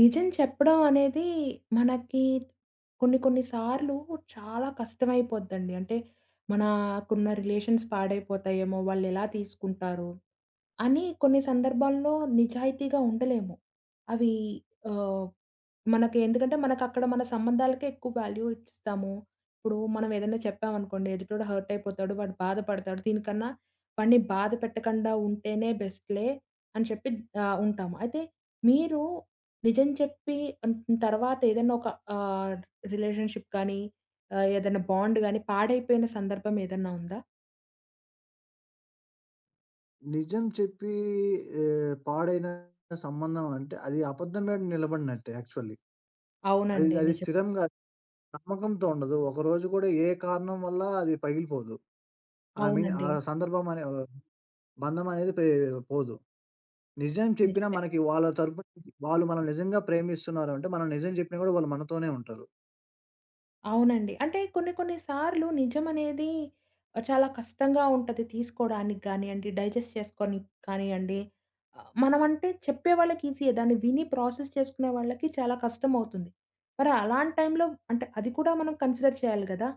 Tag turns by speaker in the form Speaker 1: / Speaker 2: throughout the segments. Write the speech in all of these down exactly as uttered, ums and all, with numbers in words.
Speaker 1: నిజం చెప్పడం అనేది మనకి కొన్ని కొన్ని సార్లు చాలా కష్టమైపోద్దండి. అంటే మనకున్న రిలేషన్స్ పాడైపోతాయేమో! వాళ్ళెలా తీసుకుంటారో! అని కొన్ని సందర్భాల్లో నిజాయితీగా ఉండలేము. అవి ఆహ్, మనకి ఎందుకంటే మనకక్కడ మన సంబంధాలకే ఎక్కువ వాల్యూ ఇస్తాము. ఇప్పుడు మనం ఏదైనా చెప్పామనుకోండి ఎదుటోడు హర్ట్ అయిపోతాడు. వాడు బాధపడతాడు. దీనికన్నా వాడిని బాధ పెట్టకుండా ఉంటేనే బెస్ట్‌లే అని చెప్పి ఆహ్, ఉంటాము. అయితే మీరు నిజం చెప్పి అన్ తర్వాత ఏదైనా ఒక ఆహ్, రిలేషన్‌షిప్ కానీ ఆహ్, ఏదైనా బాండ్ గాని పాడైపోయిన సందర్భం ఏదన్నా ఉందా?
Speaker 2: నిజం చెప్పి ఆహ్, పాడైన సంబంధం అంటే అది అబద్ధం మీద నిలబడినట్టే యాక్చువల్లీ. అది
Speaker 1: అవునండి.
Speaker 2: అది
Speaker 1: నిజమే.
Speaker 2: స్థిరంగా నమ్మకంతో ఉండదు. ఒకరోజు కూడా ఏ కారణం వల్ల అది పగిలిపోదు. ఐ మీన్ ఆ
Speaker 1: అవునండి.
Speaker 2: సందర్భం అనే ఆహ్, బంధం అనేది పే పోదు. నిజం చెప్పినా
Speaker 1: నిజమే.
Speaker 2: మనకి వాళ్ళ తరపున వాళ్ళు మనం నిజంగా ప్రేమిస్తున్నారు అంటే, మనం నిజం చెప్పినా కూడా వాళ్ళు మనతోనే ఉంటారు.
Speaker 1: అవునండి. అంటే కొన్ని కొన్ని సార్లు నిజమనేది ఆహ్, చాలా కష్టంగా ఉంటది తీసుకోడానికి గానియండి, డైజెస్ట్ చేసుకోనికి కానియండి. ఆహ్, మనమంటే చెప్పే వాళ్ళకి ఈజీయే. దాన్ని విని ప్రాసెస్ చేసుకునే వాళ్ళకి చాలా కష్టమవుతుంది. మరి అలాంటి టైంలో అంటే అది కూడా మనం కన్సిడర్ చేయాలి గదా!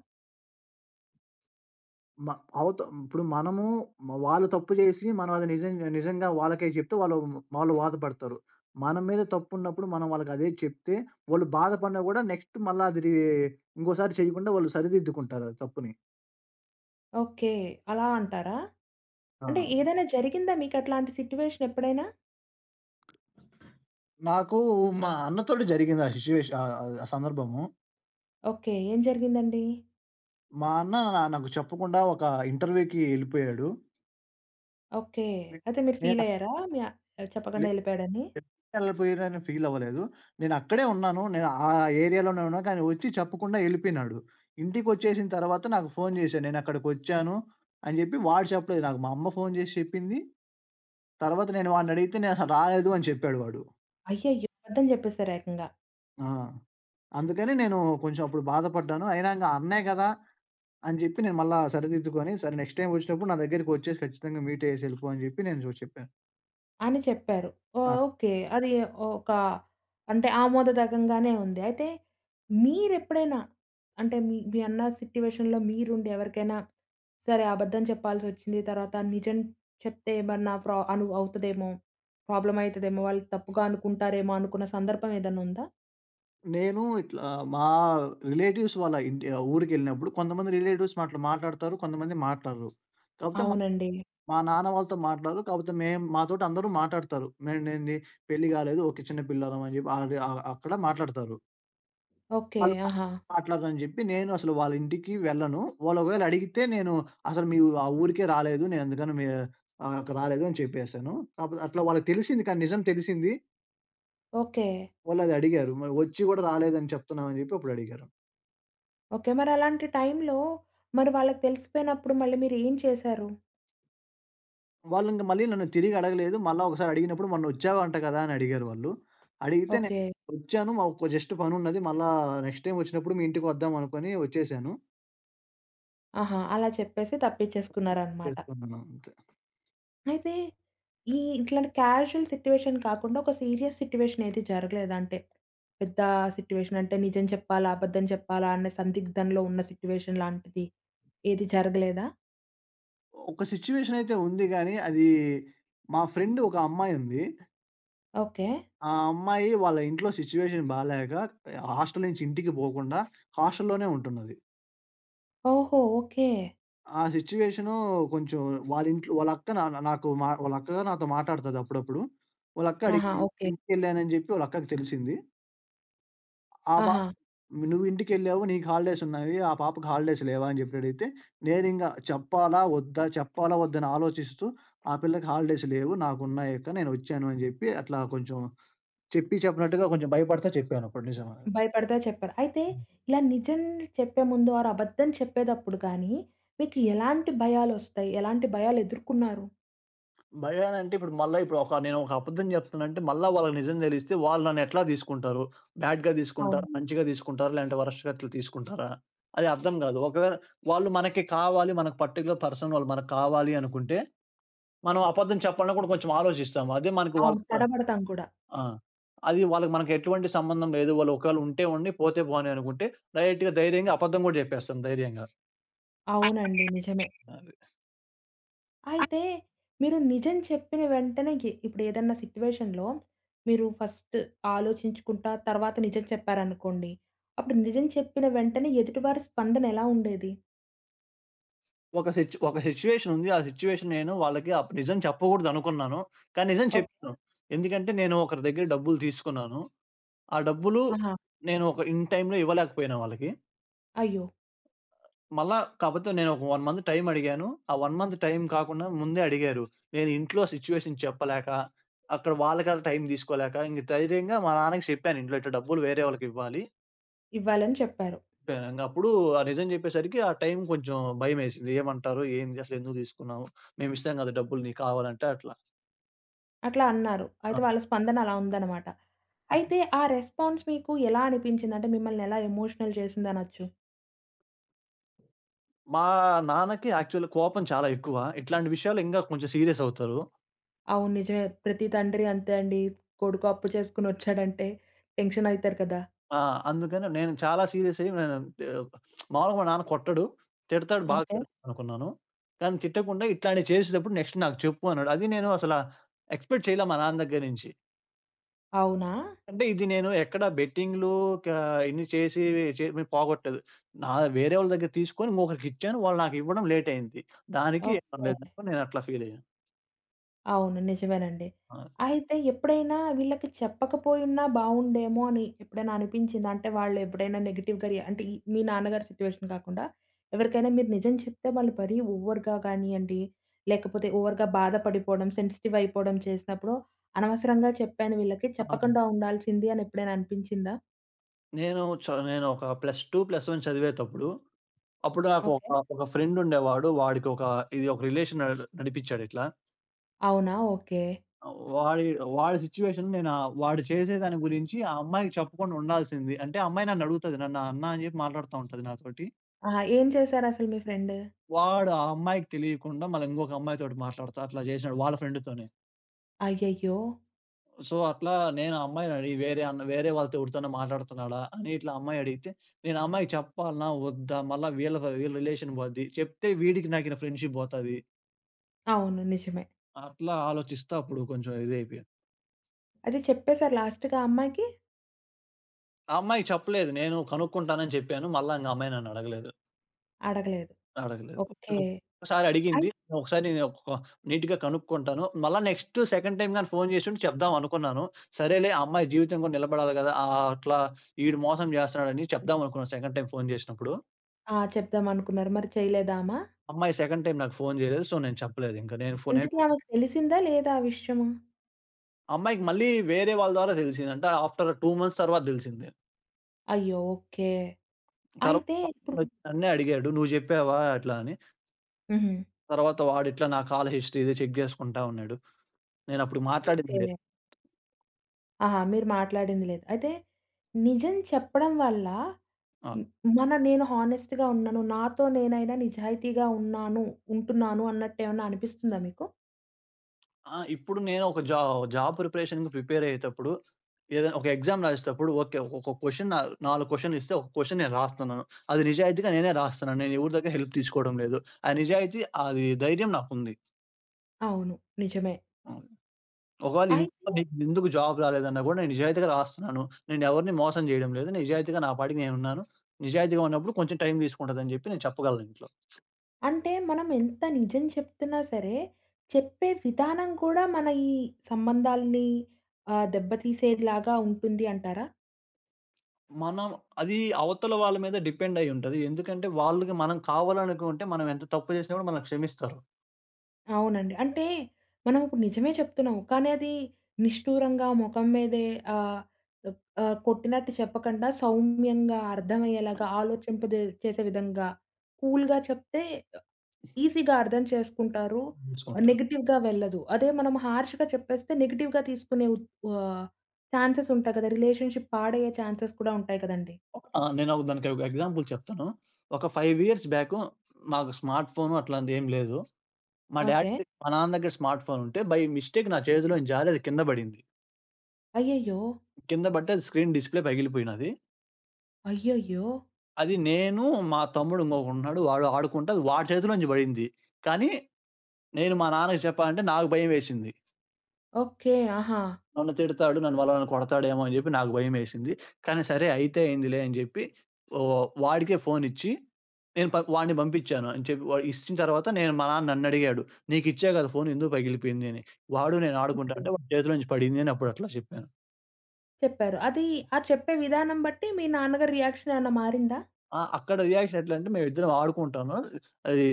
Speaker 2: మ అవత ఇప్పుడు మనము మ వాళ్ళు తప్పు జేసి మనం అది నిజం నిజంగా వాళ్ళకే జెప్తే వాళ్ళు వాళ్ళు బాధపడతారు. మన మీద తప్పున్నప్పుడు మనం వాళ్ళకదే చెప్తే, వాళ్ళు బాధపడినా గూడా నెక్స్ట్ మళ్ళా అది రి ఇంకోసారి చేయకుండా వాళ్ళు సరిదిద్దుకుంటారు ఆ తప్పుని.
Speaker 1: ఓకే. అలా అంటారా?
Speaker 2: ఆ!
Speaker 1: అంటే ఏదైనా జరిగిందా మీకట్లాంటి సిట్యుయేషన్ ఎప్పుడైనా?
Speaker 2: నాకు మా అన్నతోటి జరిగింది ఆ సిట్యుయేషన్ ఆహ్, ఆహ్, ఆ సందర్భము.
Speaker 1: ఓకే. ఏం జరిగిందండి?
Speaker 2: మా అన్న నా- నాకు చెప్పకుండా ఒక ఇంటర్వ్యూకి ఎళ్ళిపోయాడు.
Speaker 1: ఓకే.
Speaker 2: నే
Speaker 1: అయితే మీరు
Speaker 2: నేను
Speaker 1: ఫీలయ్యారా? మీ ఆ- చెప్పకుండా ఎళ్ళిపోయాడని?
Speaker 2: ఎళ్ళిపోయానని ఫీల్ అవ్వలేదు. నేనక్కడే ఉన్నాను. నేను ఆ ఏరియాలోనే ఉన్నాను. కానీ వచ్చి చెప్పకుండా ఎళ్ళిపోయినాడు. ఇంటికొచ్చేసిన తర్వాత నాకు ఫోను జేశాడు. నేనక్కడికొచ్చాను అని జెప్పి వాడు చెప్పలేదు నాకు. మా అమ్మ ఫోను జేసి చెప్పింది. తర్వాత నేను వాడినడిగితే నేనసలు రాలేదు అని చెప్పాడు వాడు.
Speaker 1: అయ్యయ్యో! అబద్ధం చెప్పేసారు ఏకంగా.
Speaker 2: ఆ! అందుకని నేను కొంచెం అప్పుడు బాధపడ్డాను. అయినా ఇంగ అన్నే గదా! అని జెప్పి నేను మళ్ళా సరిదిద్దుకొని, సరే నెక్స్ట్ టైమ్ ఒచ్చినప్పుడు నా దగ్గరికొచ్చేసి ఖచ్చితంగా మీట్ అయ్యేసి ఎళ్ళిపో అని జెప్పి నేను జో చెప్పాను.
Speaker 1: అని చెప్పారు.
Speaker 2: ఆ!
Speaker 1: ఓహ్! ఓకే. అది ఒక అంటే ఆమోదదకంగానే ఉంది. అయితే మీరెప్పుడైనా అంటే మీ మీ అన్న సిట్యుయేషన్‌లో మీరుండి ఎవరికైనా సరే అబద్ధం చెప్పాల్సొచ్చింది. తర్వాత నిజం చెప్తే ఏమన్నా ప్రా అను అవుతదేమో, ప్రాబ్లమ్ అయితదేమో, వాళ్ళు తప్పుగా అనుకుంటారేమో అనుకున్న సందర్భం ఏదన్నా ఉందా?
Speaker 2: నేను ఇట్లా మా రిలేటివ్స్ వాళ్ళ ఇంటి ఆహ్, ఊరికెళ్ళినప్పుడు కొంతమంది రిలేటివ్స్ అట్లా మాట్లాడతారు. కొంతమంది మాట్లాడరు. కాకపోతే మా
Speaker 1: అవునండి.
Speaker 2: మా నాన్న వాళ్ళతో మాట్లాడరు. కాకపోతే మేము మాతోటి అందరూ మాట్లాడతారు. మేమేంది పెళ్లి కాలేదు. ఓకే. చిన్న పిల్లోలం అని చెప్పి ఆడ ఆహ్, అక్కడ మాట్లాడతారు.
Speaker 1: ఓకే.
Speaker 2: వాళ్ళు
Speaker 1: ఆహా!
Speaker 2: మాట్లాడరని చెప్పి నేను అసలు వాళ్ళ ఇంటికి వెళ్ళను. వాళ్ళు ఒకవేళ అడిగితే నేను అసలు మీ ఆ ఊరికే రాలేదు. నేను అందుకని మీ ఆహ్, అక్కడ రాలేదు అని చెప్పేసాను. కాకపోతే అట్లా వాళ్ళకి తెలిసింది కానీ నిజం తెలిసింది.
Speaker 1: ఓకే.
Speaker 2: వాళ్ళది అడిగారు. మరి వచ్చి కూడా రాలేదని చెప్తున్నామని చెప్పి అప్పుడు అడిగారు.
Speaker 1: ఓకే. మరలాంటి టైంలో మరి వాళ్ళకి తెలిసిపోయినప్పుడు మళ్ళీ మీరేం చేశారు?
Speaker 2: వాళ్ళింక మళ్ళీ నన్ను తిరిగి అడగలేదు. మళ్ళా ఒకసారి అడిగినప్పుడు "మొన్నొచ్చావంట కదా!" అని అడిగారు వాళ్ళు. అడిగితే నేను
Speaker 1: ఓకే.
Speaker 2: వచ్చాను. మాకు జస్ట్ పనున్నది. మళ్ళా నెక్స్ట్ టైమ్ వచ్చినప్పుడు మీ ఇంటికి వద్దాం అనుకోని వచ్చేసాను.
Speaker 1: ఆహా! అలా చెప్పేసి తప్పించేసుకున్నారనమాట.
Speaker 2: చేసుకున్నాను అంతే.
Speaker 1: అయితే ఈ ఇట్లాంటి క్యాజువల్ సిట్యుయేషన్ కాకుండా, ఒక సీరియస్ సిట్యుయేషన్ ఏది జరగలేదా? అంటే పెద్ద సిట్యుయేషన్ అంటే నిజం చెప్పాలా? అబద్ధం చెప్పాలా? అన్న సందిగ్ధంలో ఉన్న సిట్యుయేషన్ లాంటిది ఏది జరగలేదా?
Speaker 2: ఒక సిట్యుయేషన్ అయితే ఉంది గానీ, అది మా ఫ్రెండ్ ఒక అమ్మాయి ఉంది.
Speaker 1: ఓకే.
Speaker 2: ఆ అమ్మాయి వాళ్ళ ఇంట్లో సిట్యుయేషన్ బాలేక హాస్టల్ నుంచి ఇంటికి పోకుండా హాస్టల్‌లోనే ఉంటున్నది.
Speaker 1: ఓహో! ఓకే.
Speaker 2: ఆ సిట్యుయేషను కొంచెం వాళ్ళింట్లో వాళ్ళక్క నా నాకు మా వాళ్ళక్క నాతో మాటాడతది అప్పుడప్పుడు. వాళ్ళక్క
Speaker 1: ఆహా!
Speaker 2: అడిగింది.
Speaker 1: ఓకే.
Speaker 2: ఇంటికెళ్ళానని జెప్పి వాళ్ళక్కకి తెలిసింది. ఆ పాప
Speaker 1: ఆహా!
Speaker 2: "నువ్వింటికెళ్ళావు. నీకు హాలిడేస్ ఉన్నాయి. ఆ పాపకి హాలిడేస్ లేవా?" అని జెప్పి అడిగితే, నేనింగ చెప్పాలా? వద్దా? చెప్పాలా? వద్దా? అని ఆలోచిస్తూ "ఆ పిల్లకి హాలిడేస్ లేవు. నాకున్నాయక్క. నేనొచ్చాను" అని జెప్పి అట్లా కొంచెం చెప్పి చెప్పినట్టుగా కొంచెం భయపడతా చెప్పానప్పుడు నిజమనగా.
Speaker 1: భయపడతా చెప్పారు. అయితే ఇలా నిజం చెప్పే ముందు ఆర్ అబద్ధం చెప్పేటప్పుడు గానీ, మీకు ఎలాంటి భయాలొస్తాయి? ఎలాంటి భయాలు ఎదుర్కొన్నారు?
Speaker 2: భయాలంటే ఇప్పుడు మళ్ళా ఇప్పుడు ఒక నేనొక అబద్ధం జెప్తనంటే మళ్ళా వాళ్ళకి నిజం దెలిస్తే వాళ్ళు నన్నెట్లా దీసుకుంటారు? బ్యాడ్‌గా దీసుకుంటారా?
Speaker 1: అవును.
Speaker 2: మంచిగా దీసుకుంటారా? లేదంటే వరస్ట్‌గా అట్లా తీసుకుంటారా? అది అర్థం గాదు. ఒకవేళ వాళ్ళు మనకి కావాలి, మనకు పర్టిక్యులర్ పర్సన్ వాళ్ళు మనకు కావాలి అనుకుంటే, మనం అబద్ధం చెప్పాలని కూడా కొంచెం ఆలోచిస్తాము. అదే మనకు
Speaker 1: అవును.
Speaker 2: వాళ్ళతో
Speaker 1: తడబడతాం కూడా.
Speaker 2: ఆ! అది వాళ్ళకి మనకి ఎటువంటి సంబంధం లేదు. వాళ్ళు ఒకవేళ ఉంటే ఉండి, పోతే పోనీ అనుకుంటే డైరెక్ట్‌గా ధైర్యంగా అబద్ధం గూడా జెప్పేస్తాం ధైర్యంగా.
Speaker 1: అవునండి. నిజమే.
Speaker 2: అది.
Speaker 1: అయితే మీరు నిజం చెప్పిన వెంటనే ఎ ఇప్పుడేదన్నా సిట్యుయేషన్‌లో మీరు ఫస్ట్ ఆలోచించుకుంటా తర్వాత నిజం చెప్పారనుకోండి. అప్పుడు నిజం చెప్పిన వెంటనే ఎదుటివారి స్పందన ఎలా ఉండేది?
Speaker 2: ఒక సిట్యు ఒక సిట్యుయేషన్ ఉంది. ఆ సిట్యుయేషన్ నేను వాళ్ళకి అప్పుడు నిజం చెప్పకూడదనుకున్నాను. కానీ నిజం
Speaker 1: ఓకే.
Speaker 2: చెప్పాను. ఎందుకంటే నేను ఒకరి దగ్గర డబ్బులు తీసుకున్నాను. ఆ డబ్బులు
Speaker 1: ఆహా!
Speaker 2: నేను ఒక ఇన్ టైమ్‌లో ఇవ్వలేకపోయాను వాళ్ళకి.
Speaker 1: అయ్యో!
Speaker 2: మళ్ళా కాపోతే నేను ఒక 1 మంత్ టైమ్ అడిగాను. ఆ ఒక మంత్ టైమ్ కాకుండా ముందే అడిగారు. నేను ఇంట్లో సిట్యుయేషన్ చెప్పలేక, అక్కడ వాళ్ళకి ఆళ్ళ టైమ్ తీసుకోలేక ఇంక ధైర్యంగా మా నాన్నకి చెప్పాను. ఇంట్లో ఇట్లా డబ్బులు వేరే వాళ్ళకివ్వాలి.
Speaker 1: ఇవ్వాలని చెప్పారు.
Speaker 2: ఇంగప్పుడు ఆ నిజం జెప్పేసరికి ఆ టైం కొంచెం భయమేసింది. ఏమంటారో, ఏంది అసలెందుకు తీసుకున్నావు? మేమిస్తాం గదా! డబ్బులు నీకు కావాలంటే అట్లా.
Speaker 1: అట్లా అన్నారు.
Speaker 2: ఆ!
Speaker 1: అయితే వాళ్ళ స్పందన అలా ఉందన్నమాట.
Speaker 2: అత్
Speaker 1: అయితే ఆ రెస్పాన్స్ మీకు ఎలా అనిపించింది? అంటే మిమ్మల్ని ఎలా ఎమోషనల్ చేసిందనొచ్చు.
Speaker 2: మా నాన్నకి యాక్చువల్‌గా కోపం చాలా ఎక్కువ. ఇట్లాంటి విషయాలు ఇంగా కొంచెం సీరియస్ అవుతారు.
Speaker 1: అవును నిజమే. ప్రతి తండ్రి అంతే అండి. కొడుకు అప్పు చేసుకొని వచ్చాడంటే టెన్షన్ అయితారు కదా!
Speaker 2: ఆ! అందుకని నేను చాలా సీరియస్ అయ్యి నేను ఆహ్, మామూలుగా మా నాన్న కొట్టడు. తిడతాడు, బాగా
Speaker 1: ఓకే.
Speaker 2: తిడతాడు అనుకున్నాను. కానీ తిట్టకుండా ఇట్లాంటివి చేసేటప్పుడు నెక్స్ట్ నాకు చెప్పు అన్నాడు. అది నేను అసల ఎక్స్‌పెక్ట్ చేయలే మా నాన్న దగ్గర నుంచి.
Speaker 1: అవునా?
Speaker 2: అంటే ఇది నేను ఎక్కడ బెట్టింగ్‌లు క ఇన్ని చేసి చే మేము పోగొట్టలేదు. నా వేరే వాళ్ళ దగ్గర తీసుకొని ఇంకొకరికిచ్చాను. వాళ్ళు నాకివ్వడం లేట్ అయింది. దానికి ఏం
Speaker 1: ఓకే.
Speaker 2: లేదు. నేను అట్లా ఫీల్ అయ్యాను.
Speaker 1: అవును. నిజమేనండి.
Speaker 2: ఆ!
Speaker 1: అయితే ఎప్పుడైనా వీళ్ళకి చెప్పకపోయున్నా బావుండేమో అని ఎప్పుడైనా అనిపించిందా? అంటే వాళ్ళు ఎప్పుడైనా నెగెటివ్‌గా రి అంటే ఈ మీ నాన్నగారి సిట్యుయేషన్ కాకుండా ఎవరికైనా మీరు నిజం చెప్తే వాళ్ళు మరీ ఓవర్‌గా కానియ్యండి, లేకపోతే ఓవర్‌గా బాధపడిపోవడం, సెన్సిటివ్ అయిపోవడం చేసినప్పుడు అనవసరంగా చెప్పాను వీళ్ళకి,
Speaker 2: ఆ!
Speaker 1: చెప్పకుండా ఉండాల్సింది అని ఎప్పుడైనా అనిపించిందా?
Speaker 2: నేను చ నేను ఒక ప్లస్ టూ, ప్లస్ వన్ చదివేతప్పుడు అప్పుడు నాకు
Speaker 1: ఓకే.
Speaker 2: ఒక ఒక ఫ్రెండ్ ఉండేవాడు. వాడికి ఒక ఇది ఒక రిలేషన్ నడ్ నడిపించాడు ఇట్లా.
Speaker 1: అవునా? ఓకే.
Speaker 2: వాడి వాడి సిట్యుయేషన్ నేను ఆహ్, వాడు చేసే దాని గురించి ఆ అమ్మాయికి చెప్పకుండా ఉండాల్సింది. అంటే ఆ అమ్మాయి నన్ను అడుగుతది. నన్ను అన్నా అని చెప్పి మాట్లాడుతా ఉంటది నాతోటి.
Speaker 1: ఆహా! ఏం చేశారసలు మీ ఫ్రెండ్?
Speaker 2: వాడు ఆ అమ్మాయికి తెలియకుండా మళ్ళా ఇంకొక అమ్మాయితోటి మాట్లాడుతా అట్లా చేశాడు వాళ్ళ ఫ్రెండ్‌తోనే.
Speaker 1: అయ్యయ్యో!
Speaker 2: సో, అట్లా నేను ఆ అమ్మాయిని అడిగి వేరే అన్న వేరే వాళ్ళతో ఎవరితోనో మాట్లాడుతున్నాడా అని ఇట్లా అమ్మాయి అడిగితే, నేను ఆ అమ్మాయికి చెప్పాలనా? వద్దా? మళ్ళా వీళ్ళ వీళ్ళ రిలేషన్ పోద్ది. చెప్తే వీడికి నాకిన ఫ్రెండ్‌షిప్ పోతది.
Speaker 1: అవును. నిజమే.
Speaker 2: అట్లా ఆలోచిస్తా అప్పుడు కొంచెం ఇదైపోయాను.
Speaker 1: అయితే చెప్పేసారు లాస్ట్‌గా ఆ అమ్మాయికి?
Speaker 2: ఆ అమ్మాయికి చెప్పలేదు. నేను కనుక్కుంటానని చెప్పాను. మళ్ళా ఇంక ఆ అమ్మాయి నన్ను అడగలేదు.
Speaker 1: అడగలేదు.
Speaker 2: అడగలేదు.
Speaker 1: ఓకే.
Speaker 2: ఒక్కసారి అడిగింది.
Speaker 1: అయి
Speaker 2: ఒకసారి నేను ఒక నీట్‌గా కనుక్కుంటాను. మళ్ళా నెక్స్ట్ సెకండ్ టైమ్ గాని ఫోను చేసుంటే చెప్దాం అనుకున్నాను. సరేలే ఆ అమ్మాయి జీవితం కూడా నిలబడాలి గదా! ఆహ్, అట్లా ఈడు మోసం చేస్తున్నాడని చెప్దాం అనుకున్నాను సెకండ్ టైమ్ ఫోను చేసినప్పుడు.
Speaker 1: ఆ! చెప్దామనుకున్నారు. మరి చేయలేదామా?
Speaker 2: అమ్మాయి సెకండ్ టైమ్ నాకు ఫోను చేయలేదు. సో, నేను చెప్పలేదు ఇంక. నేను ఫో నేను
Speaker 1: ఇంతకీ ఆమెకు తెలిసిందా లేదా ఆ విషయము?
Speaker 2: అమ్మాయికి మళ్ళీ వేరే వాళ్ళ ద్వారా తెలిసింది. అంటే ఆఫ్టర్ రెండు మంత్స్ తర్వాత తెలిసింది.
Speaker 1: అయ్యో! ఓకే. అయితే
Speaker 2: తర్వాత
Speaker 1: ఇప్పుడు
Speaker 2: వచ్చి నన్నే అడిగాడు. "నువ్వు చెప్పావా?" అట్లా అని.
Speaker 1: హుహు.
Speaker 2: తర్వాత వాడిట్లా నా కాల్ హిస్టరీ ఇది చెక్ చేసుకుంటా ఉన్నాడు. నేనప్పుడు మాట్లాడింది
Speaker 1: ఓకే.
Speaker 2: లేదు.
Speaker 1: ఆహా! మీరు మాట్లాడింది లేదు. అయితే నిజం చెప్పడం వల్ల
Speaker 2: ఆ!
Speaker 1: హ్మ్, మన నేను హానెస్ట్‌గా ఉన్నాను. నాతో నేనైనా నిజాయితీగా ఉన్నాను, ఉంటున్నాను అన్నట్టేమన్నా అనిపిస్తుందా మీకు?
Speaker 2: ఆ! ఇప్పుడు నేను ఒక జా జాబ్ ప్రిపరేషన్‌కి ప్రిపేర్ అయ్యేటప్పుడు, ఏదైనా ఒక ఎగ్జామ్ రాసేటప్పుడు ఓకే. ఒక క్వెషన్ నా నాలుగు క్వెషన్‌లు ఇస్తే, ఒక క్వెషన్ నేను రాస్తున్నాను. అది నిజాయితీగా నేనే రాస్తున్నాను. నేను ఎవరి దగ్గర హెల్ప్ తీసుకోవడం లేదు. ఆ నిజాయితీ అది ధైర్యం నాకుంది.
Speaker 1: అవును. నిజమే.
Speaker 2: హ్మ్. ఒకవేళ
Speaker 1: అయితే
Speaker 2: ఇంట్లో నీకెందుకు జాబ్ రాలేదన్నా కూడా నేను నిజాయితీగా రాస్తున్నాను. నేను ఎవరిని మోసం చేయడం లేదు. నిజాయితీగా నా పాటికి నేనున్నాను. నిజాయితీగా ఉన్నప్పుడు కొంచెం టైం తీసుకుంటదని చెప్పి నేను చెప్పగలను ఇంట్లో.
Speaker 1: అంటే మనం ఎంత నిజం చెప్తున్నా సరే, చెప్పే విధానం కూడా మన ఈ సంబంధాల్ని ఆహ్, దెబ్బతీసేలాగా ఉంటుంది అంటారా?
Speaker 2: మనం అది అవతల వాళ్ళ మీద డిపెండ్ అయ్యి ఉంటది. ఎందుకంటే వాళ్ళకి మనం కావాలనుకుంటే మనం ఎంత తప్పు చేసినా కూడా మనల్ని క్షమిస్తారు.
Speaker 1: అవునండి. అంటే మనం ఇప్పుడు నిజమే చెప్తున్నాం. కానీ అది నిష్ఠూరంగా మొఖం మీదే ఆహ్, ఆహ్, ఆహ్, కొట్టినట్టు చెప్పకుండా సౌమ్యంగా అర్థమయ్యేలాగా ఆలోచింపజే చేసే విధంగా కూల్‌గా చెప్తే ఈసీగా అర్థం చేసుకుంటారు.
Speaker 2: చూసుకుంటారు.
Speaker 1: నెగెటివ్‌గా వెళ్ళదు. అదే మనం హార్ష్‌గా చెప్పేస్తే నెగెటివ్‌గా తీసుకునే ఉత్ ఆహ్, ఛాన్సెస్ ఉంటాయి కదా! రిలేషన్‌షిప్ పాడయ్యే ఛాన్సెస్ కూడా ఉంటాయి కదండీ!
Speaker 2: ఆ! నేనొక దానికి ఒక ఎగ్జాంపుల్ చెప్తాను. ఒక ఐదు ఇయర్స్ బ్యాకు మాకు స్మార్ట్ ఫోను అట్లాంటిదేం లేదు. మా
Speaker 1: ఓకే.
Speaker 2: డ్యాడీ మా నాన్న దగ్గర స్మార్ట్ ఫోన్ ఉంటే బై మిస్టేక్ నా చేతిలోంచి జారి అది కింద పడింది.
Speaker 1: అయ్యయ్యో!
Speaker 2: కింద పడితే అది స్క్రీన్ డిస్‌ప్లే పగిలిపోయినది.
Speaker 1: అయ్యయ్యో!
Speaker 2: అది నేను, మా తమ్ముడు ఇంకొకడున్నాడు. వాడు ఆడుకుంటే అది వాడి చేతిలోంచి పడింది. కానీ నేను మా నాన్నకి చెప్పాలంటే నాకు భయం వేసింది.
Speaker 1: ఓకే. ఆహా!
Speaker 2: నన్ను తిడతాడు. నన్ను వాళ్ళ నన్ను కొడతాడేమో అని జెప్పి నాకు భయమేసింది. కానీ సరే అయితే అయిందిలే అని జెప్పి ఓహ్! వాడికే ఫోనిచ్చి నేను ప వాడిని పంపించాను అని చెప్పి వాడు ఇచ్చిన తర్వాత నేను మా నాన్న నన్నడిగాడు. "నీకిచ్చా గదా ఫోను ఎందుకు పగిలిపోయింది" అని. వాడు నేను ఆడుకుంటా
Speaker 1: ఓకే.
Speaker 2: అంటే వాడి చేతిలో నుంచి పడింది అని అప్పుడు అట్లా చెప్పాను.
Speaker 1: చెప్పారు. అది ఆ చెప్పే విధానం బట్టి మీ నాన్నగారి రియాక్షన్ ఏమన్నా మారిందా?
Speaker 2: ఆ! అక్కడ రియాక్షన్ ఎట్లంటే మేమిద్దరం ఆడుకుంటాను. అది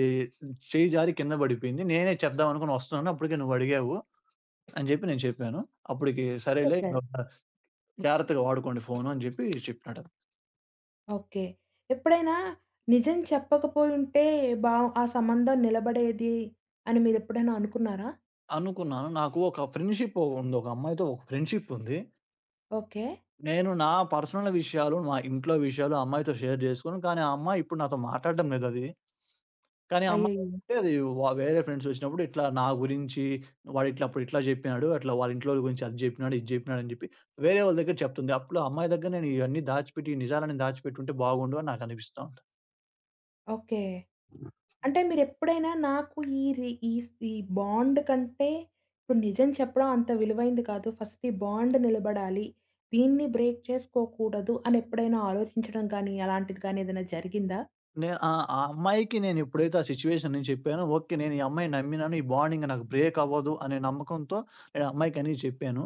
Speaker 2: చెయ్యి జారి కింద పడిపోయింది. నేనే చెప్దాం అనుకుని వస్తున్నాను. అప్పటికే నువ్వడిగావు అని జెప్పి నేను చెప్పాను. అప్పటికి సరేలే
Speaker 1: చెప్పారు.
Speaker 2: ఇంకా జాగ్రత్తగా వాడుకోండి ఫోను అని జెప్పి చెప్పినాడు.
Speaker 1: ఓకే. ఎప్పుడైనా నిజం చెప్పకపోయుంటే బావ్ ఆ సంబంధం నిలబడేది అని మీరెప్పుడైనా అనుకున్నారా?
Speaker 2: అనుకున్నాను. నాకు ఒక ఫ్రెండ్‌షిప్ ఉంది. ఒక అమ్మాయితో ఒక ఫ్రెండ్‌షిప్ ఉంది.
Speaker 1: ఓకే.
Speaker 2: నేను నా పర్సనల్ విషయాలు, మా ఇంట్లో విషయాలు ఆ అమ్మాయితో షేర్ జేసుకోను. కానీ ఆ అమ్మాయి ఇప్పుడు నాతో మాట్లాడడం లేదది. కానీ ఆ అమ్మాయి
Speaker 1: అయ్యయ్యో!
Speaker 2: అంటే అది వ వేరే ఫ్రెండ్స్ వచ్చినప్పుడు ఇట్లా నా గురించి వాడిట్లా అప్పుడు ఇట్లా జెప్పినాడు. అట్లా వాళ్ళ ఇంట్లోళ్ళ గురించి అది జెప్పినాడు, ఇది జెప్పినాడు అని జెప్పి వేరే వాళ్ళ దగ్గర చెప్తుంది. అప్పుడు ఆ అమ్మాయి దగ్గర నేను ఇయన్నీ దాచిపెట్టి, ఈ నిజాలన్నీ దాచిపెట్టుంటే బాగుండు అని నాకు అనిపిస్తా ఉంటది.
Speaker 1: ఓకే. అంటే మీరెప్పుడైనా నాకు ఈ రి ఈ స్ ఈ బాండ్ కంటే ఇప్పుడు నిజం చెప్పడం అంత విలువైంది కాదు. ఫస్ట్ ఈ బాండ్ నిలబడాలి. దీన్ని బ్రేక్ చేసుకోకూడదు అని ఎప్పుడైనా ఆలోచించడం గానీ, అలాంటిది గానీ ఏదైనా జరిగిందా?
Speaker 2: నేను ఆ! ఆ అమ్మాయికి నేను ఎప్పుడైతే ఆ సిట్యుయేషన్ నేను చెప్పానో, ఓకే. నేను ఈ అమ్మాయిని నమ్మినాను. ఈ బాండింగ్ నాకు బ్రేక్ అవ్వదు అనే నమ్మకంతో నేను ఆ అమ్మాయికి అన్నీ చెప్పాను.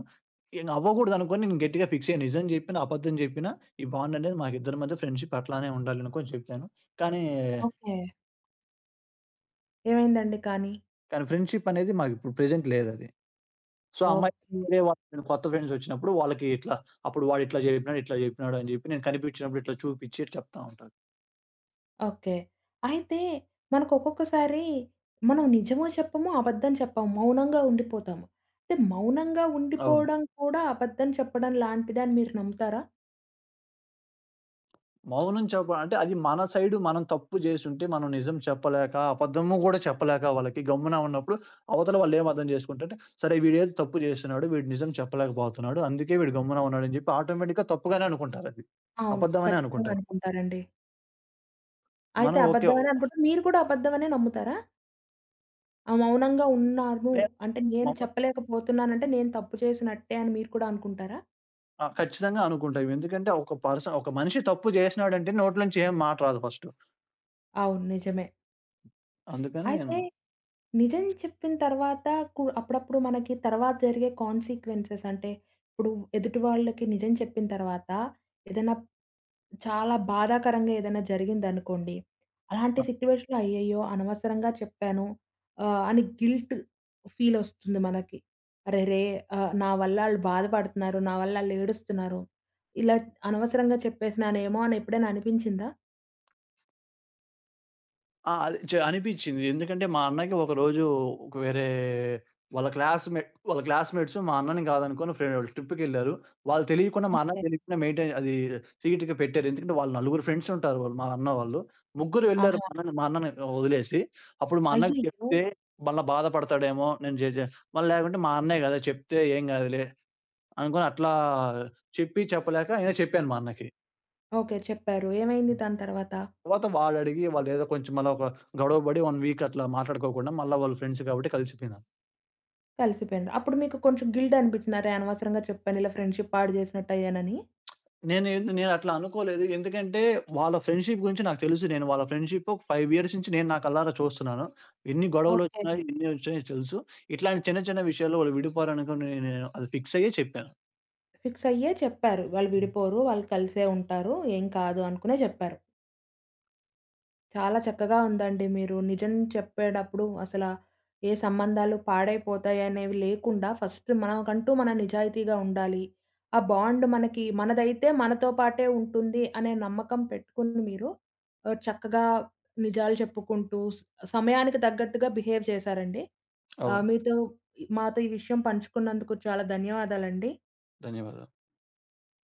Speaker 2: ఇంగ అవ్వకూడదు అనుకోని నేను గట్టిగా ఫిక్స్ అయ్యాను. నిజం చెప్పినా, అబద్ధం చెప్పినా ఈ బాండ్ అనేది మాకిద్దరి మధ్య ఫ్రెండ్‌షిప్ అట్లానే ఉండాలి అనుకోని చెప్పాను. కానీ,
Speaker 1: ఓకే. ఏమైందండి కానీ?
Speaker 2: కానీ ఫ్రెండ్‌షిప్ అనేది మాకు ఇప్పుడు ప్రెజెంట్ లేదది. సో, ఆ అమ్మాయి
Speaker 1: ఓకే.
Speaker 2: వేరే వాళ్ళు కొత్త ఫ్రెండ్స్ వచ్చినప్పుడు వాళ్ళకి ఇట్లా అప్పుడు వాడిట్లా చెప్పినాడు, ఇట్లా చెప్పినాడు అని చెప్పి నేను కనిపించినప్పుడు ఇట్లా చూపించి ఇట్లా చెప్తా ఉంటాను.
Speaker 1: ఓకే. అయితే మనకు ఒక్కొక్కసారి మనం నిజము చెప్పము, అబద్ధం చెప్పము. మౌనంగా ఉండిపోతాము. అంటే మౌనంగా
Speaker 2: అవును.
Speaker 1: ఉండిపోవడం కూడా అబద్ధం చెప్పడం లాంటిదని మీరు నమ్ముతారా?
Speaker 2: మౌనం చెప్ప అంటే అది మన సైడు మనం తప్పు జేసుంటే మనం నిజం చెప్పలేక, అబద్ధము గూడా చెప్పలేక వాళ్ళకి గమ్మున ఉన్నప్పుడు అవతల వాళ్ళేం అర్థం జేసుకుంటారంటే, సరే వీడేదో తప్పు జేస్తున్నాడు. వీడు నిజం చెప్పలేకపోతున్నాడు. అందుకే వీడు గమ్మున ఉన్నాడని జెప్పి ఆటోమేటిక్‌గా తప్పుగానే అనుకుంటారది.
Speaker 1: అవును.
Speaker 2: అబద్ధమనే
Speaker 1: ఖచ్చితంగా
Speaker 2: అనుకుంటారు.
Speaker 1: అనుకుంటారండి. అయితే
Speaker 2: మనం ఓకే.
Speaker 1: అబద్ధమనే అనుకుంటా. మీరు కూడా అబద్ధమనే నమ్ముతారా? ఆ! మౌనంగా ఉన్నాను
Speaker 2: లే
Speaker 1: అంటే, నేను
Speaker 2: మమ్ము
Speaker 1: చెప్పలేకపోతున్నానంటే నేను తప్పు చేసినట్టే అని మీరు కూడా అనుకుంటారా?
Speaker 2: ఆ! ఖచ్చితంగా అనుకుంటాం. ఎందుకంటే ఒక పర్సన్ ఒక మనిషి తప్పు జేసినాడంటే నోట్లోంచి ఏం మాట రాదు ఫస్టు.
Speaker 1: అవును. నిజమే.
Speaker 2: అందుకని నేను
Speaker 1: అయితే నిజం చెప్పిన తర్వాత కు అప్పుడప్పుడు మనకి తర్వాత జరిగే కాన్సిక్వెన్సెస్ అంటే, ఇప్పుడు ఎదుటి వాళ్ళకి నిజం చెప్పిన తర్వాత ఏదైనా చాలా బాధాకరంగా ఏదైనా జరిగిందనుకోండి. అలాంటి
Speaker 2: ఆ!
Speaker 1: సిట్యుయేషన్‌లో అయ్యయ్యో! అనవసరంగా చెప్పాను ఆహ్, అని గిల్ట్ ఫీలొస్తుంది మనకి. అరెరే! ఆహ్, నా వల్ల ఆళ్ళు బాధపడుతున్నారు. నా వల్ల ఆళ్ళు ఏడుస్తున్నారు. ఇలా అనవసరంగా చెప్పేసినానేమో అని ఎప్పుడైనా అనిపించిందా?
Speaker 2: ఆ! అది చ అనిపిచ్చింది. ఎందుకంటే మా అన్నకి ఒకరోజు ఒక వేరే వాళ్ళ క్లాస్‌మేట్ వాళ్ళ క్లాస్‌మేట్స్ మా అన్నని కాదనుకోని ఫ్రె ట్రిప్‌కెళ్లారు. వాళ్ళు తెలియకుండా మా అన్నకి
Speaker 1: ఓకే.
Speaker 2: తెలియకుండా మెయింటైన్ అది సీట్‌కి పెట్టారు. ఎందుకంటే వాళ్ళు నలుగురు ఫ్రెండ్స్ ఉంటారు వాళ్ళు మా అన్న వాళ్ళు. ముగ్గురు వెళ్లారు
Speaker 1: ఆహా!
Speaker 2: మా అన్నని మా అన్నని వదిలేసి. అప్పుడు మా అన్నకి
Speaker 1: అయ్యయ్యో!
Speaker 2: చెప్తే మళ్ళా బాధపడతాడేమో నేను జే జే మళ్ళీ లేకుంటే మా అన్నే గదా! చెప్తే ఏం గాదులే అనుకోని అట్లా చెప్పి చెప్పలేక నేనే చెప్పాను మా అన్నకి.
Speaker 1: ఓకే. చెప్పారు. ఏమైంది దాని తర్వాత?
Speaker 2: తర్వాత వాడడిగి వాళ్ళేదో కొంచెం మళ్ళా ఒక గొడవ పడి ఒక వీక్ అట్లా మాట్లాడుకోకుండా మళ్ళా వాళ్ళు ఫ్రెండ్స్ కాబట్టి కలిసిపోయినారు.
Speaker 1: కలిసిపోయిండ్రు. అప్పుడు మీకు కొంచెం గిల్ట్ అనిపించిందా? అరే! అనవసరంగా చెప్పాను ఇలా ఫ్రెండ్‌షిప్ పాడు చేసినట్టయ్యానని.
Speaker 2: నేనేంది నేనట్లా అనుకోలేదు. ఎందుకంటే వాళ్ళ ఫ్రెండ్‌షిప్ గురించి నాకు తెలుసు. నేను వాళ్ళ ఫ్రెండ్‌షిప్ ఒక ఐదు ఇయర్స్ నుంచి నేను నా కళ్ళారా చూస్తున్నాను. ఎన్ని
Speaker 1: ఓకే.
Speaker 2: గొడవలొచ్చినాయి, ఎన్ని వచ్చాయో తెలుసు. ఇట్లాంటి చిన్న చిన్న విషయాల్లో వాళ్ళు విడిపోరనుకోని నేను అది ఫిక్స్ అయ్యే చెప్పాను.
Speaker 1: ఫిక్స్ అయ్యే చెప్పారు. వాళ్ళు విడిపోరు. వాళ్ళు కలిసే ఉంటారు. ఏం కాదు అనుకునే చెప్పారు. చాలా చక్కగా ఉందండి. మీరు నిజం చెప్పేటప్పుడు అసల ఏ సంబంధాలు పాడైపోతాయి అనేవి లేకుండా ఫస్ట్ మనకంటూ మన నిజాయితీగా ఉండాలి. ఆ బాండ్ మనకి మనదైతే మనతో పాటే ఉంటుంది అనే నమ్మకం పెట్టుకుని మీరు ఆహ్, చక్కగా నిజాలు చెప్పుకుంటూ స్ సమయానికి తగ్గట్టుగా బిహేవ్ చేశారండి. ఆహ్,
Speaker 2: అవును.
Speaker 1: మీతో మాతో ఈ విషయం పంచుకున్నందుకు చాలా ధన్యవాదాలండి.
Speaker 2: ధన్యవాదాలు.